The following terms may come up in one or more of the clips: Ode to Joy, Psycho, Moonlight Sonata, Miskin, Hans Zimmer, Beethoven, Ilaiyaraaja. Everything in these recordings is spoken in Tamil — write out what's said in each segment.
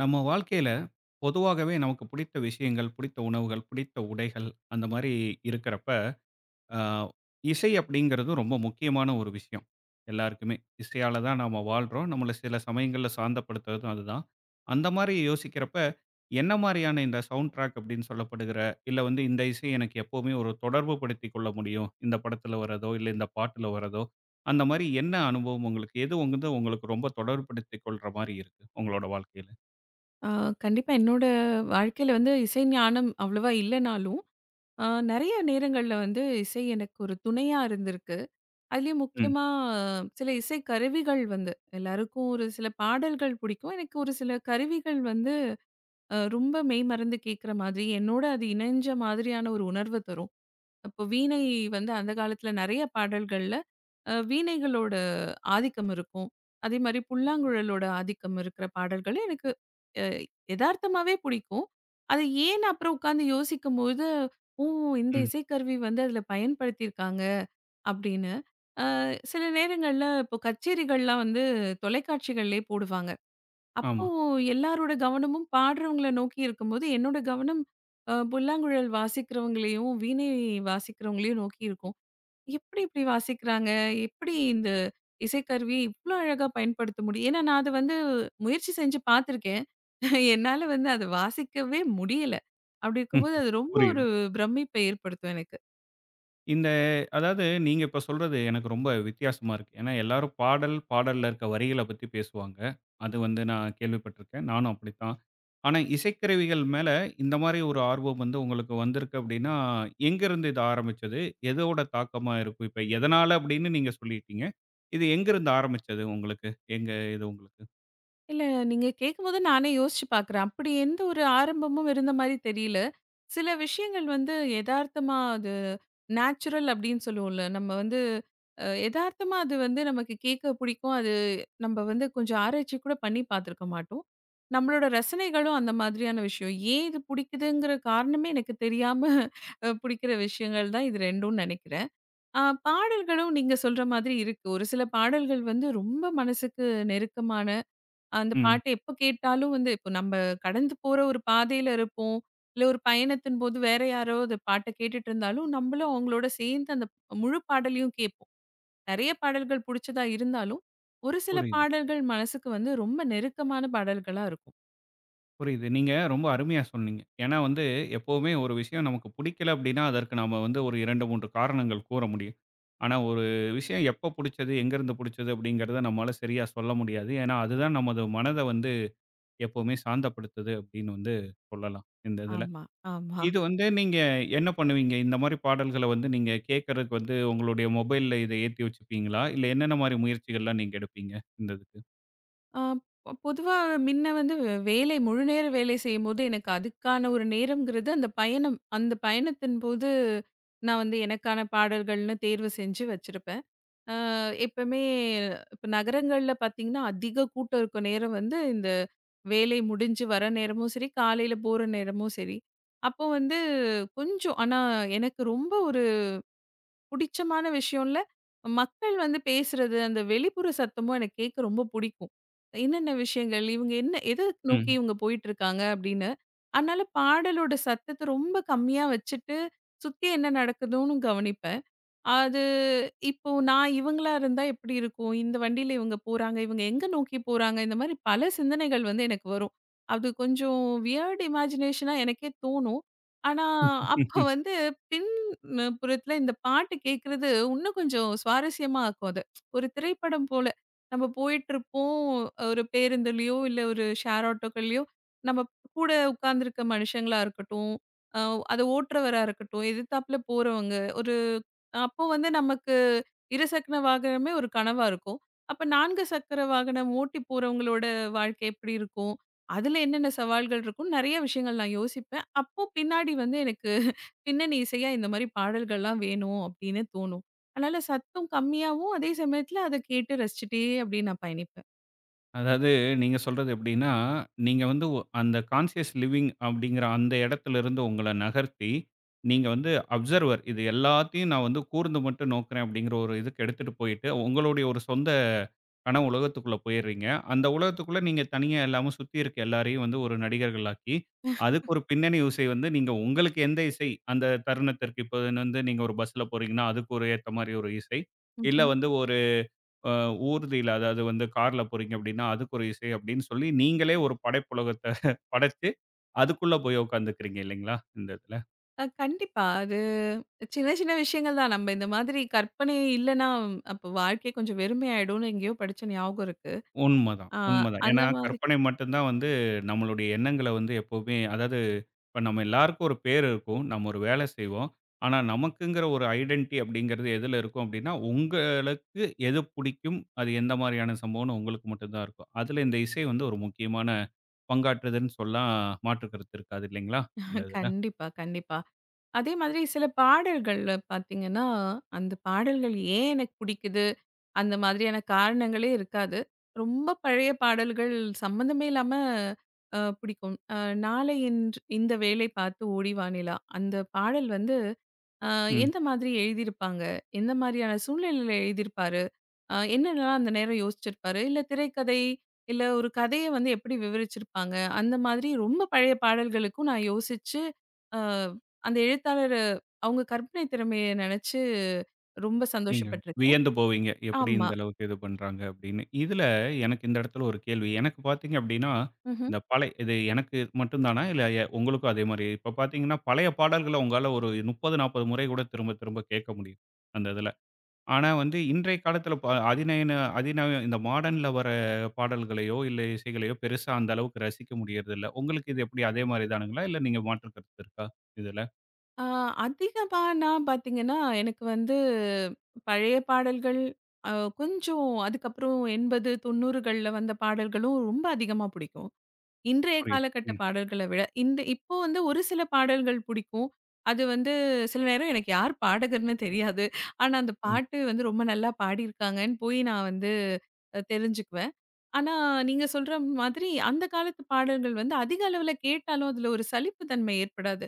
நம்ம வாழ்க்கையில பொதுவாகவே நமக்கு பிடித்த விஷயங்கள், பிடித்த உணவுகள், பிடித்த உடைகள் அந்த மாரி இருக்கிறப்ப, அ இசை அப்படிங்கிறது ரொம்ப முக்கியமான ஒரு விஷயம். எல்லாருக்குமே. இசையால தான் நாம வாழ்றோம். நம்மள சில சமயங்கள்ல சாந்தப்படுத்துறதும் அதுதான். அந்த மாரி யோசிக்கிறப்ப, என்ன மாரியான இந்த சவுண்ட் ட்ராக் அப்படின்னு சொல்லப்படுகிற, இல்ல வந்து இந்த இசை எனக்கு எப்பவுமே ஒரு தொடர்பு படுத்திக் கொள்ள முடியும். இந்த படத்துல வர்றதோ, இல்ல இந்த பாட்டுல வர்றதோ, அந்த மாரி என்ன அனுபவம் உங்களுக்கு? எது வந்து உங்களுக்கு ரொம்ப தொடர்புபடுத்திக் கொள்ற மாரி இருக்கு, உங்களோட வாழ்க்கையில? ஆ, கண்டிப்பா என்னோட வாழ்க்கையில வந்து இசை ஞானம் அவ்வளவா இல்லைனாலும், நெறைய நேரங்கள்ல வந்து இசை எனக்கு ஒரு துணையா இருந்திருக்கு. அதுலயும் முக்கியமா சில இசை கருவிகள் வந்து எல்லாருக்கும் ஒரு சில பாடல்கள் பிடிக்கும். எனக்கு ஒரு சில கருவிகள் வந்து ரொம்ப மெய்மறந்து கேட்குற மாதிரி, என்னோட அது இணைஞ்ச மாதிரியான ஒரு உணர்வு தரும். அப்போ வீணை வந்து அந்த காலத்துல நெறைய பாடல்கள்ல வீணைகளோட ஆதிக்கம் இருக்கும். அதே மாரி புல்லாங்குழலோட ஆதிக்கம் இருக்கிற பாடல்கள் எனக்கு அ எதார்த்தமாவே பிடிக்கும். அத ஏன்னு அப்புறம் உட்காந்து யோசிக்கும்போது, "ஓ! இந்த ம். இசைக்கருவி வந்து அதில பயன்படுத்தியிருக்காங்க." அப்படின்னு. அ சில நேரங்கள்ல இப்போ கச்சேரிகள்லாம் வந்து தொலைக்காட்சிகள்லயே போடுவாங்க. அப்போ ஆமா. எல்லாரோட கவனமும் பாடுறவங்கள நோக்கி இருக்கும்போது, என்னோட கவனம் புல்லாங்குழல் வாசிக்கிறவங்களையும், வீணை வாசிக்கிறவங்களையும் நோக்கி இருக்கும். எப்படி இப்படி வாசிக்கிறாங்க? எப்படி இந்த இசைக்கருவிய இவ்ளோ அழகா பயன்படுத்த முடியும்? ஏன்னா நான் அத வந்து முயற்சி செஞ்சு பார்த்துருக்கேன். என்னால வந்து அத வாசிக்கவே முடியல. அப்படி இருக்கும்போது அது ரொம்ப ஒரு புரியுது. பிரமிப்பை ஏற்படுத்தும் எனக்கு. இந்த அதாவது நீங்க இப்ப சொல்றது எனக்கு ரொம்ப வித்தியாசமா இருக்கு. ஏன்னா எல்லாரும் பாடல், பாடல்ல இருக்க வரிகள பத்தி பேசுவாங்க. அது வந்து நான் கேள்விப்பட்டிருக்கேன். நானும் அப்படித்தான். ஆனா இசைக்கருவிகள் மேல இந்த மாரி ஒரு ஆர்வம் வந்து உங்களுக்கு வந்திருக்கு அப்படின்னா, எங்கேருந்து இது ஆரம்பிச்சது? எதோட தாக்கமா இருக்கும்? இப்ப எதனால அப்படின்னு நீங்க சொல்லிட்டீங்க. இது எங்கேருந்து ஆரம்பிச்சது உங்களுக்கு? எங்க இது உங்களுக்கு? இல்ல, நீங்க கேட்கும்போது நானே யோசிச்சு பார்க்குறேன். அப்படி எந்த ஒரு ஆரம்பமும் இருந்த மாரி தெரியல. சில விஷயங்கள் வந்து எதார்த்தமா அது நேச்சுரல் அப்படின்னு சொல்லுவோம்ல. நம்ம வந்து எதார்த்தமா அது வந்து நமக்கு கேட்க பிடிக்கும். அது நம்ம வந்து கொஞ்சம் ஆராய்ச்சி கூட பண்ணி பார்த்துருக்க மாட்டோம். நம்மளோட ரசனைகளும் அந்த மாதிரியான விஷயம். ஏன் இது பிடிக்குதுங்கிற காரணமே எனக்கு தெரியாம பிடிக்கிற விஷயங்கள் தான் இது 2ம் நினைக்கிறேன். பாடல்களும் நீங்க சொல்ற மாதிரி இருக்கு. ஒரு சில பாடல்கள் வந்து ரொம்ப மனசுக்கு நெருக்கமான அந்த ம். பாட்டு எப்ப கேட்டாலும் வந்து இப்போ நம்ம கடந்து போற ஒரு பாதையில இருப்போம். இல்ல ஒரு பயணத்தின் போது வேற யாரோ ஒரு பாட்ட கேட்டுட்டு இருந்தாலும், நம்மளும் அவங்களோட சேர்ந்து அந்த முழு பாடலையும் கேட்போம். நெறைய பாடல்கள் புடிச்சதா இருந்தாலும், ஒரு சில புரியுது. பாடல்கள் மனசுக்கு வந்து ரொம்ப நெருக்கமான பாடல்களா இருக்கும். புரியுது. நீங்க ரொம்ப அருமையா சொன்னீங்க. ஏன்னா வந்து எப்பவுமே ஒரு விஷயம் நமக்கு பிடிக்கல அப்படின்னா, அதற்கு நாம வந்து ஒரு 2, 3 காரணங்கள் கூற முடியும். ஆனா ஒரு விஷயம் எப்ப புடிச்சது, எங்கேருந்து புடிச்சது அப்படிங்கிறத நம்மால சரியா சொல்ல முடியாது. ஏன்னா அதுதான் நமது மனத வந்து எப்பவுமே சாந்தப்படுத்துது அப்படின்னு வந்து சொல்லலாம், இந்த இதுல. ஆமா, ஆமா. இது வந்து நீங்க என்ன பண்ணுவீங்க? இந்த மாரி பாடல்கள வந்து நீங்க கேட்கறதுக்கு வந்து உங்களுடைய மொபைல்ல இத ஏத்தி வச்சுப்பீங்களா? இல்ல என்னென்ன மாரி முயற்சிகள்லாம் நீங்க எடுப்பீங்க இந்த இதுக்கு? ஆ பொதுவா மின்ன வந்து வேலை முழு நேர வேலை செய்யும்போது எனக்கு அதுக்கான ஒரு நேரம்ங்கிறது அந்த பயணம். அந்த பயணத்தின் போது நான் வந்து எனக்கான பாடல்கள்னு தேர்வு செஞ்சு வச்சிருப்பேன். அ எப்பவுமே இப்ப நகரங்கள்ல பார்த்தீங்கன்னா, அதிக கூட்டம் இருக்க நேரம் வந்து இந்த வேலை முடிஞ்சு வர நேரமும் சரி, காலையில போற நேரமும் சரி. அப்போ வந்து கொஞ்சம் ஆனா எனக்கு ரொம்ப ஒரு புடிச்சமான விஷயம்ல, மக்கள் வந்து பேசுறது, அந்த வெளிப்புற சத்தமும் எனக்கு கேட்க ரொம்ப புடிக்கும். என்னென்ன விஷயங்கள், இவங்க என்ன எத நோக்கி இவங்க போயிட்டுருக்காங்க அப்படின்னு. அதனால பாடலோட சத்தத்த ரொம்ப கம்மியா வச்சுட்டு, சுத்தி என்ன நடக்குதுன்னும் கவனிப்பேன். அது இப்போ நான் இவங்களா இருந்தா எப்படி இருக்கும்? இந்த வண்டியில இவங்க போறாங்க. இவங்க எங்க நோக்கி போறாங்க? இந்த மாரி பல சிந்தனைகள் வந்து எனக்கு வரும். அது கொஞ்சம் வியர்ட் இமேஜினேஷனா எனக்கே தோணும். ஆனா, அப்ப ம். வந்து பின் புறத்துல இந்த பாட்டு கேட்கறது இன்னும் கொஞ்சம் சுவாரஸ்யமா ஆக்கும் அத. ஒரு திரைப்படம் போல. நம்ம போயிட்டுருப்போம். ஒரு பேருந்துலயோ, இல்ல ஒரு ஷேர் ஆட்டோக்கள்லயோ, நம்ம கூட உட்கார்ந்துருக்க மனுஷங்களா இருக்கட்டும், அ அத ஓட்டுறவரா இருக்கட்டும், எதிர்த்தாப்புல போறவங்க, ஒரு அப்போ வந்து நமக்கு இருசக்கர வாகனமே ஒரு கனவா இருக்கும். அப்ப 4 சக்கர வாகனம் ஓட்டி போறவங்களோட வாழ்க்கை எப்படி இருக்கும்? அதுல என்னென்ன சவால்கள் இருக்கும்னு நெறைய விஷயங்கள் நான் யோசிப்பேன். அப்போ பின்னாடி வந்து எனக்கு பின்னணி இசையா இந்த மாரி பாடல்கள்லாம் வேணும் அப்படின்னு தோணும். அதனால சத்தம் கம்மியாவும், அதே சமயத்துல அத கேட்டு ரசிச்சுட்டே அப்படியே நான் பயணிப்பேன். அதாவது நீங்க சொல்றது எப்படின்னா, நீங்க வந்து அந்த கான்ஷியஸ் லிவிங் அப்படிங்கிற அந்த இடத்திலிருந்து உங்கள நகர்த்தி, நீங்க வந்து அப்சர்வர் இது எல்லாத்தையும் நான் வந்து கூர்ந்து மட்டும் நோக்குறேன் அப்படிங்கிற ஒரு இதுக்கு எடுத்துட்டு போயிட்டு, உங்களுடைய ஒரு சொந்த கனவு உலகத்துக்குள்ள போயிடுறீங்க. அந்த உலகத்துக்குள்ள நீங்க தனியா இல்லாம சுத்தி இருக்க எல்லாரையும் வந்து ஒரு நடிகர்களாக்கி, அதுக்கு ஒரு பின்னணி இசை வந்து நீங்க உங்களுக்கு எந்த இசை அந்த தருணத்திற்கு இப்போ வந்து நீங்க ஒரு பஸ்ல போறீங்கன்னா, அதுக்கு ஒரு ஏத்த மாரி ஒரு இசை. இல்ல ம்ஹ்ம். வந்து ஒரு அ ஊர்தியில அதாவது வந்து கார்ல போறீங்க அப்படின்னா, அதுக்கு ஒரு இசை அப்படின்னு சொல்லி, நீங்களே ஒரு படைப்புலகத்த படைச்சு, அதுக்குள்ள போய் உட்காந்துக்கிறீங்க இல்லைங்களா? இந்த இதுல. கண்டிப்பா. அது சின்ன சின்ன விஷயங்கள் தான். நம்ம இந்த மாதிரி கற்பனை இல்லன்னா, அப்ப வாழ்க்கை கொஞ்சம் வெறுமையாயிடும்னு எங்கேயோ படிச்ச ஞாபகம் இருக்கு. உண்மதான், ஆ உண்மதான். அந்த ஏன்னா மாதிரி கற்பனை மட்டும் தான் வந்து நம்மளுடைய எண்ணங்கள வந்து எப்பவுமே அதாவது இப்ப நம்ம எல்லாருக்கும் ஒரு பேர் இருக்கும். நம்ம ஒரு வேலை செய்வோம். ஆனா, நமக்குங்கிற ஒரு ஐடென்டிட்டி அப்படிங்கிறது எதுல இருக்கும் அப்படின்னா, உங்களுக்கு எது பிடிக்கும்? அது எந்த மாரியான சம்பவம்னு உங்களுக்கு மட்டும் தான் இருக்கும். அதுல இந்த இசை வந்து ஒரு முக்கியமான பங்காற்றுதுன்னு சொல்லாம் மாற்று கருத்து இருக்காது இல்லைங்களா? இந்த இதுல. கண்டிப்பா, கண்டிப்பா. அதே மாதிரி சில பாடல்கள்ல பார்த்தீங்கன்னா, அந்த பாடல்கள் ஏன் எனக்கு பிடிக்குது, அந்த மாதிரியான காரணங்களே இருக்காது. ரொம்ப பழைய பாடல்கள் சம்மந்தமே இல்லாம பிடிக்கும். "நாளை இன்று இந்த வேலை பார்த்து ஓடி வா நிலா" அந்த பாடல் வந்து அ ம். எந்த மாதிரி எழுதியிருப்பாங்க? எந்த மாதிரியான சூழ்நிலையில எழுதியிருப்பாரு? என்னென்னலாம் அந்த நேரம் யோசிச்சிருப்பாரு? இல்ல திரைக்கதை, இல்ல ஒரு கதைய வந்து எப்படி விவரிச்சிருப்பாங்க? அந்த மாதிரி ரொம்ப பழைய பாடல்களுக்கும் நான் யோசிச்சு அ அந்த எழுத்தாளரு அவங்க கற்பனை திறமைய நெனச்சு ரொம்ப நீங்க சந்தோஷப்பட்டுருக்கேன். வியந்து போவீங்க. எப்படி ஆமா. இந்த அளவுக்கு இது பண்றாங்க அப்படின்னு. இதுல எனக்கு இந்த இடத்துல ஒரு கேள்வி. எனக்கு பார்த்தீங்க அப்படின்னா, ம்ஹ்ம். இந்த இது எனக்கு மட்டும் தானா? இல்ல உங்களுக்கும் அதே மாரி. இப்ப பார்த்தீங்கன்னா, பழைய பாடல்கள உங்களால ஒரு 30, 40 முறை கூட திரும்ப திரும்ப கேட்க முடியும். அந்த இதுல. ஆனா வந்து இன்றைய காலத்துல ப அதிநயன அதிநவீன இந்த மாடர்ன்ல வர பாடல்களையோ, இல்ல இசைகளையோ பெருசா அந்த அளவுக்கு ரசிக்க முடியறதில்ல. உங்களுக்கு இது எப்படி அதே மாரி தானுங்களா? இல்ல நீங்க மாற்று கருத்து இருக்கா? இதுல? அ அதிகமா நான் பார்த்தீங்கன்னா, எனக்கு வந்து பழைய பாடல்கள், அ கொஞ்சம் அதுக்கப்புறம் 80, 90கள்ல வந்த பாடல்களும் ரொம்ப அதிகமா புடிக்கும். இன்றைய புரியுது. காலகட்ட ம், பாடல்கள விட, இந்த இப்போ வந்து ஒரு சில பாடல்கள் புடிக்கும். அது வந்து சில நேரம் எனக்கு யார் பாடகர்ன்னு தெரியாது. ஆனா, அந்த ம், பாட்டு வந்து ரொம்ப நல்லா பாடியிருக்காங்கன்னு போய் நான் வந்து தெரிஞ்சுக்குவேன். ஆனா, நீங்க சொல்ற மாதிரி அந்த காலத்து பாடல்கள் வந்து அதிக அளவுல கேட்டாலும், அதுல ஒரு சலிப்பு தன்மை ஏற்படாது.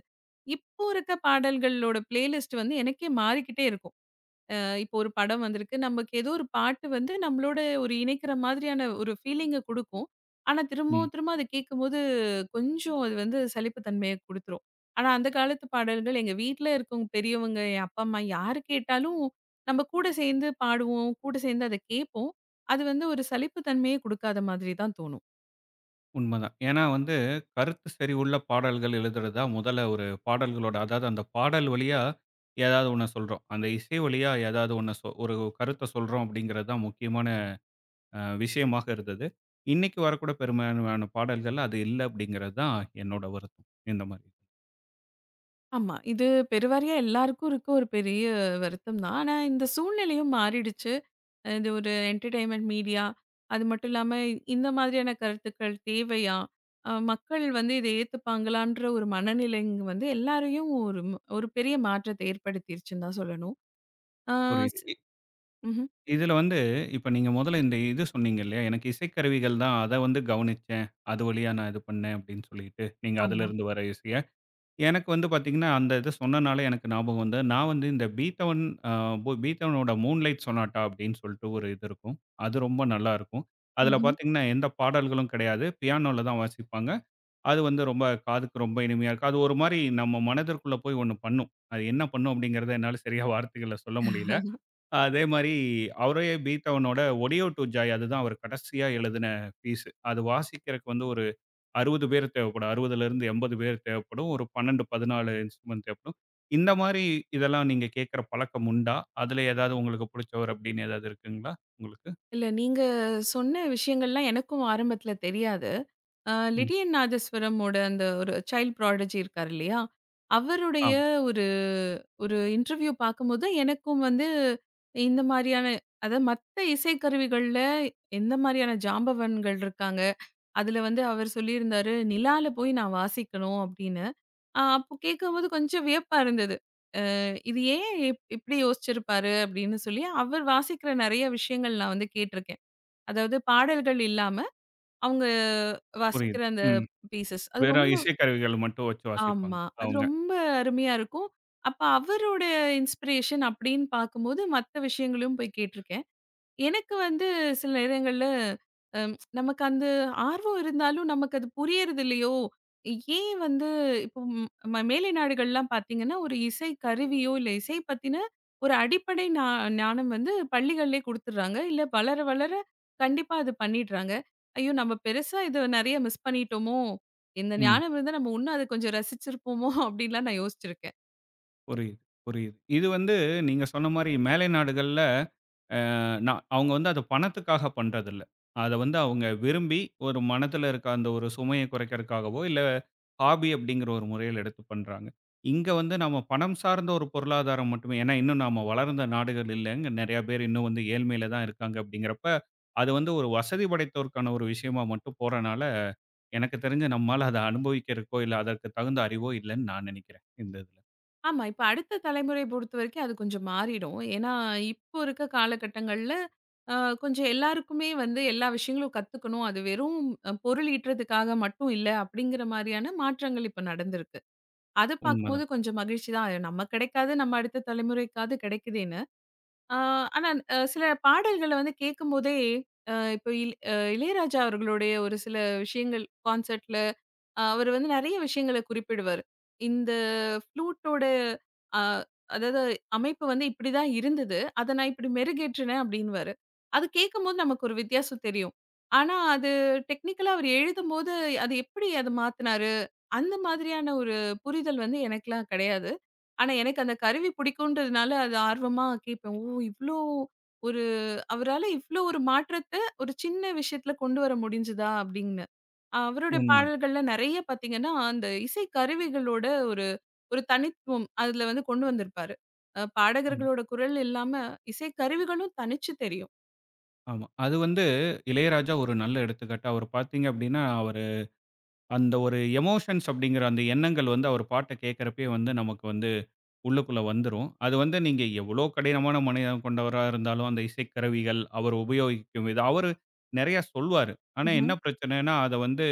இப்போ இருக்க பாடல்களோட பிளேலிஸ்ட் வந்து எனக்கே மாறிக்கிட்டே இருக்கும். இப்போ ஒரு படம் வந்திருக்கு. நமக்கு ஏதோ ஒரு பாட்டு வந்து நம்மளோட ஒரு இணைக்கிற மாதிரியான ஒரு ஃபீலிங்க குடுக்கும். ஆனா ம். திரும்பவும் திரும்ப அத கேட்கும்போது கொஞ்சம் அது வந்து சலிப்பு தன்மைய குடுத்துரும். ஆனா அந்த காலத்து பாடல்கள் எங்க வீட்ல இருக்கவங்க பெரியவங்க, என் அப்பா, அம்மா யார் கேட்டாலும் நம்ம கூட சேர்ந்து பாடுவோம். கூட சேர்ந்து அத கேட்போம். அது வந்து ஒரு சலிப்பு தன்மையே குடுக்காத மாதிரி தான் தோணும். உண்மதான். ஏன்னா வந்து கருத்து சரிவுள்ள பாடல்கள் எழுதுறது தான் முதல்ல ஒரு பாடல்களோட அதாவது அந்த பாடல் வழியா ஏதாவது ஒண்ண சொல்றோம். அந்த இசை வழியா ஏதாவது ஒண்ண ஒரு கருத்த சொல்றோம் அப்படிங்கிறது தான் முக்கியமான விஷயமாக இருந்தது. இன்னைக்கு வரக்கூட பெரும்பான்மையான பாடல்கள் அது இல்ல அப்படிங்கிறது தான் என்னோட வருத்தம். இந்த மாரி. ஆமா. இது பெருவாரியா எல்லாருக்கும் இருக்க ஒரு பெரிய வருத்தம் தான். ஆனா இந்த சூழ்நிலையும் மாறிடுச்சு. இது ஒரு என்டர்டெயின்மெண்ட் மீடியா. அது மட்டும் இல்லாம இந்த மாதிரியான கருத்துக்கள் தேவையா? மக்கள் வந்து இத ஏத்துப்பாங்களான்ற ஒரு மனநிலை இங்க வந்து எல்லாரையும் ஒரு ஒரு பெரிய மாற்றத்தை ஏற்படுத்திருச்சுன்னு தான் சொல்லணும். ஆ புரியுது. ஸ் ம்ஹ்ம். இதுல வந்து இப்ப நீங்க முதல்ல இந்த இது சொன்னீங்க இல்லையா? எனக்கு இசைக்கருவிகள் தான் அத வந்து கவனிச்சேன். அது வழியா நான் இது பண்ணேன் அப்படின்னு சொல்லிட்டு, நீங்க ஆமா. அதுலருந்து வர இசைய. எனக்கு வந்து பார்த்தீங்கன்னா, அந்த இத சொன்னனால எனக்கு ஞாபகம் வந்தது. நான் வந்து இந்த பீத்தவன் அ பு பீத்தவனோட "மூன்லைட் சொனாட்டா" அப்படின்னு சொல்லிட்டு ஒரு இது இருக்கும். அது ரொம்ப நல்லாருக்கும். அதில ம்ஹ்ம். பார்த்தீங்கன்னா, எந்த பாடல்களும் கிடையாது. பியானோல தான் வாசிப்பாங்க. அது வந்து ரொம்ப காதுக்கு ரொம்ப இனிமையா இருக்கும். அது ஒரு மாரி நம்ம மனதிற்குள்ள போய் ஒண்ணு பண்ணும். அது என்ன பண்ணும் அப்படிங்கிறத என்னால சரியா வார்த்தைகள்ல சொல்ல முடியல. அதே மாரி அவரே பீத்தவனோட "ஒடியோ டூ ஜாய்" அதுதான் அவர் கடைசியா எழுதின பீஸ். அது வாசிக்கிறக்கு வந்து ஒரு 60 பேர் தேவைப்படும். 60லேருந்து 80 பேர் தேவைப்படும். ஒரு 12, 14 இன்ஸ்ட்ருமென்ட் தேவைப்படும். இந்த மாரி இதெல்லாம் நீங்க கேட்குற பழக்கம் உண்டா? அதுல ஏதாவது உங்களுக்கு புடிச்சவர் அப்படின்னு ஏதாவது இருக்குங்களா உங்களுக்கு? இல்ல நீங்க சொன்ன விஷயங்கள்லாம் எனக்கும் ஆரம்பத்துல தெரியாது. ம். லிடியன் நாதஸ்வரமோட அந்த ஒரு சைல்ட் ப்ராடஜி இருக்காரு இல்லையா? ஆ அவருடைய ஒரு ஒரு இன்டர்வியூ பார்க்கும்போது எனக்கும் வந்து இந்த மாரியான அதாவது மத்த இசைக்கருவிகள்ல எந்த மாரியான ஜாம்பவான்கள் இருக்காங்க. அதுல வந்து அவர் சொல்லியிருந்தாரு, "நிலால போய் நான் வாசிக்கணும்" அப்படின்னு. அப்போ கேட்கும்போது கொஞ்சம் வியப்பா இருந்தது. அ இது ஏன் இப்படி யோசிச்சிருப்பாரு அப்படின்னு சொல்லி அவர் வாசிக்கிற நெறைய விஷயங்கள் நான் வந்து கேட்டிருக்கேன். அதாவது பாடல்கள் இல்லாம அவங்க புரியுது. வாசிக்கிற அந்த ம். பீசஸ். அது வெறும் ரொம்ப இசைக்கருவிகள் மட்டும் வச்சு வாசிப்பாங்க ஆமா. அது அவங்க. ரொம்ப அருமையா இருக்கும். அப்ப அவரோட இன்ஸ்பிரேஷன் அப்படின்னு பார்க்கும்போது, மத்த விஷயங்களையும் போய் கேட்டுருக்கேன். எனக்கு வந்து சில நேரங்கள்ல நமக்கு அந்த ஆர்வம் இருந்தாலும் நமக்கு அது புரியறது இல்லையோ! ஏன் வந்து இப்போ ம்- ம மேலை நாடுகள்லாம் பார்த்தீங்கன்னா, ஒரு இசை கருவியோ இல்ல இசை பத்தின ஒரு அடிப்படை ஞானம் வந்து பள்ளிகள்லயே குடுத்துடுறாங்க. இல்ல வளர வளர கண்டிப்பா அது பண்ணிடுறாங்க. ஐயோ! நம்ம பெருசா இத நெறைய மிஸ் பண்ணிட்டோமோ! இந்த ம். ஞானம் இருந்தா நம்ம இன்னும் அத கொஞ்சம் ரசிச்சிருப்போமோ! அப்டின்லாம் நான் யோசிச்சிருக்கேன். புரியுது, புரியுது. இது வந்து நீங்க சொன்ன மாரி மேலை நாடுகள்ல அ நான் அவங்க வந்து அத பணத்துக்காக பண்றதில்ல. அத வந்து அவங்க விரும்பி ஒரு மனதில இருக்க அந்த ஒரு சுமைய குறைக்கிறதுக்காகவோ, இல்ல ஹாபி அப்படிங்கிற ஒரு முறையில எடுத்து பண்றாங்க. இங்க வந்து நம்ம பணம் சார்ந்த ஒரு பொருளாதாரம் மட்டுமே ஏன்னா இன்னும் நாம வளர்ந்த நாடுகள் இல்லங்க. நெறைய பேர் இன்னும் வந்து ஏழ்மையில தான் இருக்காங்க அப்படிங்கிறப்ப, அது வந்து ஒரு வசதி படைத்தோருக்கான ஒரு விஷயமா மட்டும் போறனால, எனக்கு தெரிஞ்சு நம்மால அத அனுபவிக்கிறக்கோ, இல்ல அதற்கு தகுந்த அறிவோ இல்லன்னு நான் நெனைக்கிறேன். இந்த இதுல. ஆமா. இப்ப அடுத்த தலைமுறைய பொறுத்தவரைக்கும் அது கொஞ்சம் மாறிடும். ஏன்னா, இப்போ இருக்க காலகட்டங்கள்ல அ கொஞ்சம் எல்லாருக்குமே வந்து எல்லா விஷயங்களும் கத்துக்கணும். அது வெறும் பொருள் ஈட்டுறதுக்காக மட்டும் இல்ல, அப்படிங்கிற மாரியான மாற்றங்கள் இப்ப நடந்திருக்கு. அத பார்க்கும்போது உண்மதான். கொஞ்சம் மகிழ்ச்சி தான். அது நம்ம கிடைக்காது, நம்ம அடுத்த தலைமுறைக்காவது கிடைக்குதேன்னு. ஆ ஆனா சில பாடல்கள வந்து கேட்கும்போதே, இப்போ இல் அ இளையராஜா அவர்களுடைய ஒரு சில விஷயங்கள் கான்சர்ட்ல அவரு வந்து நெறைய விஷயங்கள குறிப்பிடுவாரு. இந்த ஃப்ளூட்டோட அ அதாவது அமைப்பு வந்து இப்படிதான் இருந்தது. அத நான் இப்படி மெருகேற்றினேன் அப்படின்னுவாரு. அது கேட்கும்போது நமக்கு ஒரு வித்தியாசம் தெரியும். ஆனா அது டெக்னிக்கலா அவர் எழுதும்போது அது எப்படி அத மாத்துனாரு? அந்த மாதிரியான ஒரு புரிதல் வந்து எனக்கெல்லாம் கிடையாது. ஆனா எனக்கு அந்த கருவி பிடிக்கும்ன்றதுனால அது ஆர்வமா கேட்பேன். ஓ! இவ்ளோ ஒரு அவரால இவ்ளோ ஒரு மாற்றத்த ஒரு சின்ன விஷயத்துல கொண்டு வர முடிஞ்சதா? அப்படின்னு. அவருடைய உண்ம. பாடல்கள்ல நெறைய பார்த்தீங்கன்னா, அந்த இசை கருவிகளோட ஒரு ஒரு தனித்துவம் அதுல வந்து கொண்டு வந்திருப்பாரு. உண் பாடகர்களோட குரல் இல்லாம இசை கருவிகளும் தனிச்சு தெரியும். ஆமா. அது வந்து இளையராஜா ஒரு நல்ல எடுத்துக்காட்டு. அவரு பார்த்தீங்க அப்படின்னா, அவரு அந்த ஒரு எமோஷன்ஸ் அப்படிங்கிற அந்த எண்ணங்கள் வந்து அவர் பாட்ட கேட்கிறப்பயே வந்து நமக்கு வந்து உள்ளுக்குள்ள வந்துரும். அது வந்து நீங்க எவ்வளோ கடினமான மனநிலம் கொண்டவரா இருந்தாலும், அந்த இசைக்கருவிகள், அவர் உபயோகிக்கும் விதம் அவரு நெறையா சொல்வாரு. ஆனா என்ன ம்ஹ்ம், பிரச்சனைன்னா, அத வந்து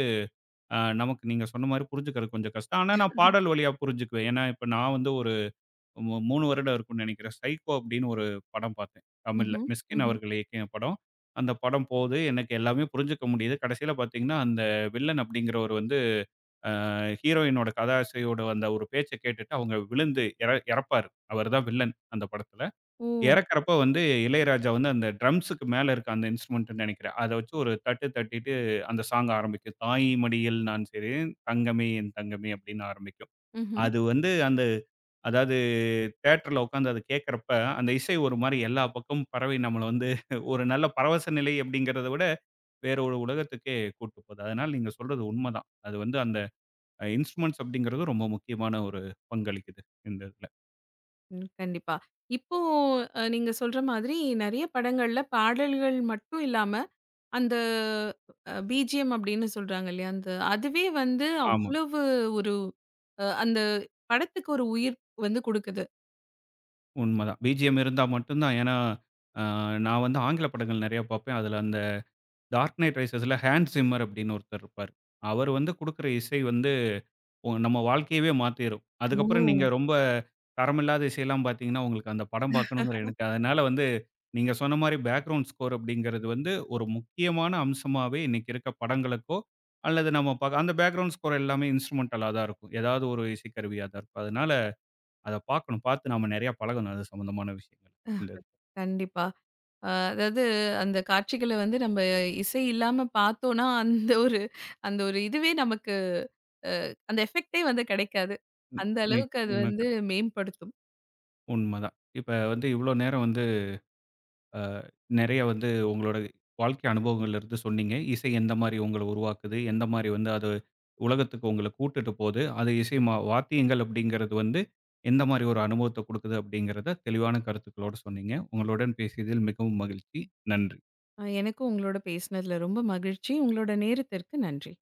நமக்கு நீங்க சொன்ன மாரி புரிஞ்சுக்கிறது கொஞ்சம் கஷ்டம். ஆனா நான் பாடல் வழியா புரிஞ்சுக்குவேன். ஏன்னா, இப்ப நான் வந்து ஒரு 3 வருடம் இருக்கும்னு நினைக்கிறேன். "சைக்கோ" அப்படின்னு ஒரு படம் பார்த்தேன். தமிழ்ல. ம்ஹ்ம், மிஸ்கின் ம்ஹ்ம். அவர்கள் இயக்கிய படம். அந்த படம் போது எனக்கு எல்லாமே புரிஞ்சுக்க முடியுது. கடைசியில பார்த்தீங்கன்னா, அந்த வில்லன் அப்படிங்கிறவர் வந்து ஹீரோயினோட கதாசையோட அந்த ஒரு பேச்ச கேட்டுட்டு அவங்க விழுந்து இறப்பாரு. அவர் தான் வில்லன் அந்த படத்துல. ஓ! இறக்கிறப்ப வந்து இளையராஜா வந்து அந்த ட்ரம்ஸுக்கு மேல இருக்க அந்த இன்ஸ்ட்ருமெண்ட்ன்னு நினைக்கிறேன். அத வச்சு ஒரு தட்டு தட்டிட்டு அந்த சாங் ஆரம்பிக்கும். "தாய் மடியில் நான் சிறேன், தங்கமே என் தங்கமே" அப்படின்னு ஆரம்பிக்கும். ம்ஹ்ம். அது வந்து அந்த அதாவது தியேட்டர்ல உட்காந்து அத கேட்கிறப்ப, அந்த இசை ஒரு மாரி எல்லா பக்கமும் பரவி நம்மள வந்து ஒரு நல்ல பரவச நிலை அப்படிங்கிறத விட, வேற ஒரு உலகத்துக்கே கூட்டு போது. அதனால நீங்க சொல்றது உண்மதான். அது வந்து அந்த இன்ஸ்ட்ருமெண்ட்ஸ் அப்படிங்கிறது ரொம்ப முக்கியமான ஒரு பங்களிக்குது இந்த இதுல. ம். கண்டிப்பா. இப்போ நீங்க சொல்ற மாதிரி நெறைய படங்கள்ல பாடல்கள் மட்டும் இல்லாம, அந்த பிஜிஎம் அப்படின்னு சொல்றாங்க இல்லையா? அந்த அதுவே வந்து ஆமா, அவ்வளவு ஒரு அந்த படத்துக்கு ஒரு உயிர் வந்து குடுக்குது. உண்மதான். பிஜிஎம் இருந்தா மட்டும் தான் ஏன்னா, அ நான் வந்து ஆங்கில படங்கள் நெறைய பார்ப்பேன். அதுல அந்த டார்க் நைட் ரைசஸ்ல ஹேண்ட் சிம்மர் அப்படின்னு ஒருத்தர் இருப்பாரு. அவர் வந்து குடுக்குற இசை வந்து நம்ம வாழ்க்கையவே மாத்திரும். அதுக்கப்புறம் நீங்க ஓ! ரொம்ப தரமில்லாத இசையெல்லாம் பார்த்தீங்கன்னா, உங்களுக்கு அந்த படம் பார்க்கணுங்கிற எனக்கு அதனால வந்து நீங்க சொன்ன மாரி பேக்ரவுண்ட் ஸ்கோர் அப்படிங்கிறது வந்து ஒரு முக்கியமான அம்சமாவே இன்னைக்கு இருக்க படங்களுக்கோ, அல்லது நம்ம பாக்க அந்த பேக்ரவுண்ட் ஸ்கோர் எல்லாமே இன்ஸ்ட்ருமென்டலா தான் இருக்கும். ஏதாவது ஒரு இசைக்கருவியா தான் இருக்கும். அதனால அத பார்க்கணும். பார்த்து நாம நெறையா பழகணும் அது சம்மந்தமான விஷயங்கள். இந்த கண்டிப்பா. அதாவது அந்த காட்சிகள வந்து நம்ம இசை இல்லாம பார்த்தோம்னா, அந்த ஒரு இதுவே நமக்கு அந்த எஃபெக்ட்டே வந்து கிடைக்காது. அந்த அளவுக்கு அது நிச்சயமா வந்து கிடைக்கும். மேம்படுத்தும். உண்மதான். இப்ப வந்து இவ்ளோ நேரம் வந்து அ நெறைய வந்து உங்களோட வாழ்க்கை அனுபவங்கள்லருந்து சொன்னீங்க. இசை எந்த மாரி உங்கள உருவாக்குது, எந்த மாரி வந்து அது உலகத்துக்கு உங்கள கூட்டுட்டு போது, அது இசை வாத்தியங்கள் அப்படிங்கிறது வந்து எந்த மாரி ஒரு அனுபவத்த குடுக்குது அப்படிங்கிறத தெளிவான கருத்துக்களோட சொன்னீங்க. உங்களுடன் பேசியதில் மிகவும் மகிழ்ச்சி. நன்றி. எனக்கும் உங்களோட பேசினதுல ரொம்ப மகிழ்ச்சி. உங்களோட நேரத்திற்கு நன்றி.